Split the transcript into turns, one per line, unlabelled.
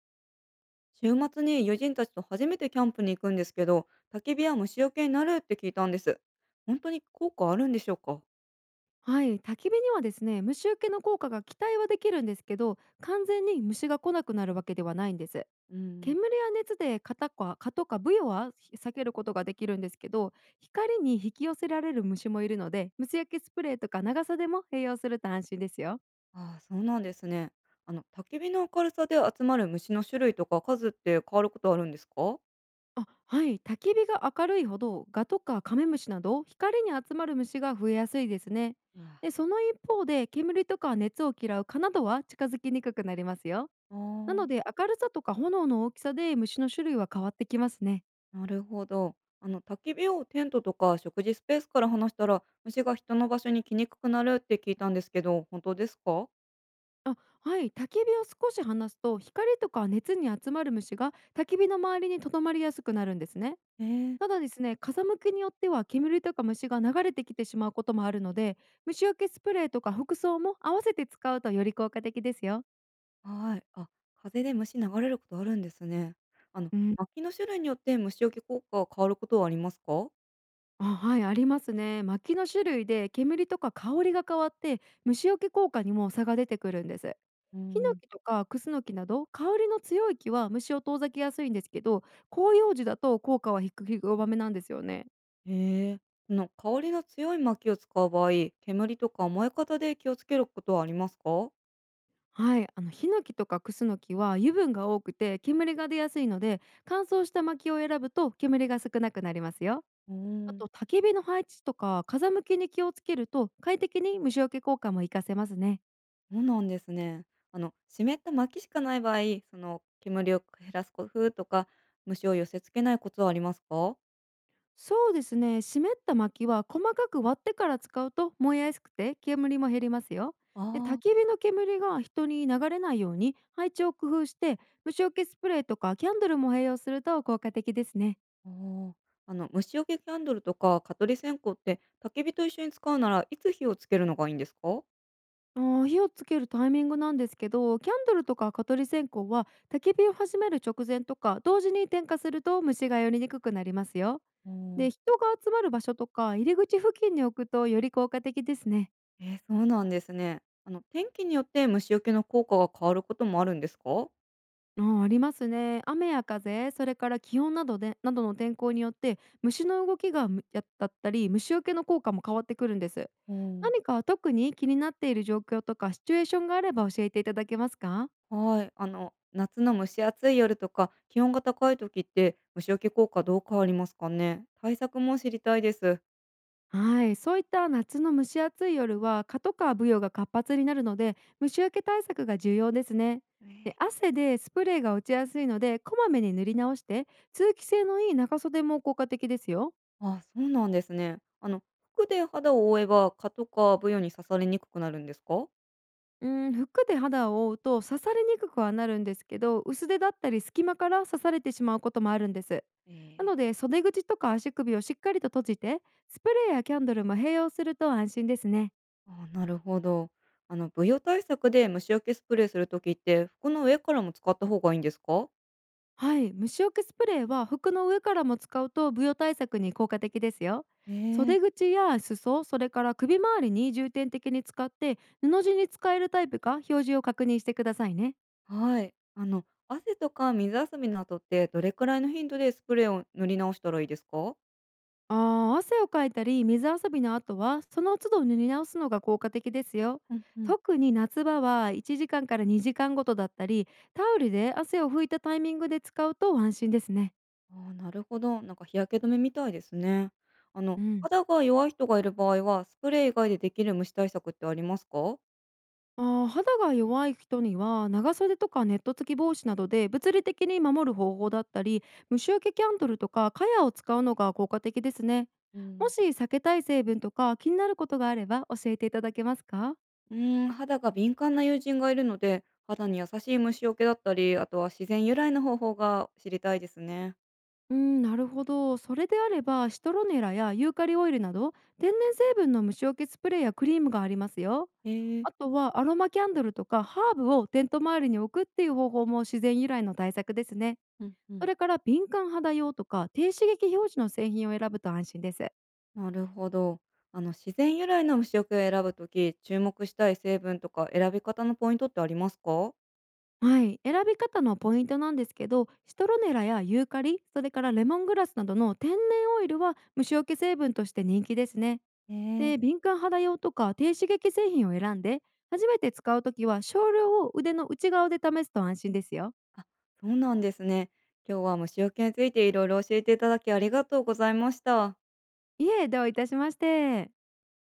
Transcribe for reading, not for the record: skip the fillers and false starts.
週末に友人たちと初めてキャンプに行くんですけど、焚き火は虫除けになるって聞いたんです。本当に効果あるんでしょうか。
はい、焚き火にはですね、虫除けの効果が期待はできるんですけど、完全に虫が来なくなるわけではないんです。
うん。
煙や熱で蚊とかブヨは避けることができるんですけど、光に引き寄せられる虫もいるので、虫焼けスプレーとか長さでも併用すると安心ですよ。
ああ、そうなんですね。焚き火の明るさで集まる虫の種類とか数って変わることあるんですか。
あはい、焚き火が明るいほどガとかカメムシなど光に集まる虫が増えやすいですね。
うわ。
でその一方で煙とか熱を嫌う蚊などは近づきにくくなりますよ。なの
あ
で、明るさとか炎の大きさで虫の種類は変わってきますね。
あ、なるほど。焚き火をテントとか食事スペースから離したら、虫が人の場所に来にくくなるって聞いたんですけど、本当ですか。
あはい、焚き火を少し離すと光とか熱に集まる虫が焚き火の周りにとどまりやすくなるんですね。
え
た
え。
だですね、風向きによっては煙とか虫が流れてきてしまうこともあるので、虫除けスプレーとか服装も合わせて使うとより効果的ですよ。
はい。あ、風で虫流れることあるんですね。
うん、
薪の種類によって虫除け効果は変わることはありますか。
あ、はい、ありますね。薪の種類で煙とか香りが変わって虫除け効果にも差が出てくるんです。
うー
ヒノ
ん。
キとかクスノキなど香りの強い木は虫を遠ざけやすいんですけど、広葉樹だと効果は低く弱めなんですよね。
へえ。その香りの強い薪を使う場合、煙とか燃え方で気をつけることはありますか。
はい、あのヒノキとかクスノキは油分が多くて煙が出やすいので、乾燥した薪を選ぶと煙が少なくなりますよ。
うー
あ
ん。
と焚き火の配置とか風向きに気をつけると快適に虫除け効果も活かせますね。
うなんですね。湿った薪しかない場合、その煙を減らす工夫とか、虫を寄せ付けないコツはありますか。
そうですね、湿った薪は細かく割ってから使うと燃えやすくて煙も減りますよ。
あ
で焚き
あ。
火の煙が人に流れないように配置を工夫して、虫除けスプレーとかキャンドルも併用すると効果的ですね。
ああ、虫除けキャンドルとか蚊取り線香って焚き火と一緒に使うならいつ火をつけるのがいいんですか？
火をつけるタイミングなんですけど、キャンドルとか蚊取り線香は焚き火を始める直前とか同時に点火すると虫が寄りにくくなりますよ。
おん。
で人が集まる場所とか入り口付近に置くとより効果的ですね。
そうなんですね。天気によって虫除けの効果が変わることもあるんですか？
あ、ありますね。雨や風、それから気温などで、などの天候によって虫の動きがむやだったり虫除けの効果も変わってくるんです。
うん、
何か特に気になっている状況とかシチュエーションがあれば教えていただけますか？
はい、夏の蒸し暑い夜とか気温が高い時って虫除け効果どう変わりますかね？対策も知りたいです。
はい、そういった夏の蒸し暑い夜は蚊とかブヨが活発になるので虫除け対策が重要ですね。で
え、
汗でスプレーが落ちやすいので、こまめに塗り直して通気性のいい長袖も効果的ですよ。
あ、そうなんですね。服で肌を覆えば蚊とかブヨに刺されにくくなるんですか？
うん、服で肌を覆うと刺されにくくはなるんですけど、薄手だったり隙間から刺されてしまうこともあるんです。な
ええ。
ので袖口とか足首をしっかりと閉じて、スプレーやキャンドルも併用すると安心ですね。
あー、なるほど。ブヨ対策で虫除けスプレーするときって、服の上からも使った方がいいんですか？
はい、虫除けスプレーは服の上からも使うと舞踊対策に効果的ですよ。
ええ。
袖口や裾、それから首周りに重点的に使って、布地に使えるタイプか表示を確認してくださいね。
はい。汗とか水遊びの後って、どれくらいの頻度でスプレーを塗り直したらいいですか？
ああ、汗をかいたり水遊びの後はその都度塗り直すのが効果的ですよ。
うんうん。
特に夏場は1時間から2時間ごとだったり、タオルで汗を拭いたタイミングで使うと安心ですね。
あー、なるほど。なんか日焼け止めみたいですね。
うん。
肌が弱い人がいる場合は、スプレー以外でできる虫対策ってありますか？
肌が弱い人には長袖とかネット付き帽子などで物理的に守る方法だったり、虫臭けキャンドルとかカヤを使うのが効果的ですね。
う
も
ん。
し避けたい成分とか気になることがあれば教えていただけますか？
うーん、肌が敏感な友人がいるので、肌に優しい虫除けだったり、あとは自然由来の方法が知りたいですね。
うん、なるほど。それであれば、シトロネラやユーカリオイルなど、天然成分の虫除けスプレーやクリームがありますよ。
ええ、
あとは、アロマキャンドルとかハーブをテント周りに置くっていう方法も自然由来の対策ですね。
うんう
そ
ん。
れから、敏感肌用とか、低刺激表示の製品を選ぶと安心です。
なるほど。自然由来の虫除けを選ぶとき、注目したい成分とか選び方のポイントってありますか？
はい、選び方のポイントなんですけど、シトロネラやユーカリ、それからレモングラスなどの天然オイルは虫除け成分として人気ですね。
え
で
え。
敏感肌用とか低刺激製品を選んで、初めて使うときは少量を腕の内側で試すと安心ですよ。
あ、そうなんですね。今日は虫除けについていろいろ教えていただきありがとうございました。
いえ、どういたしまして。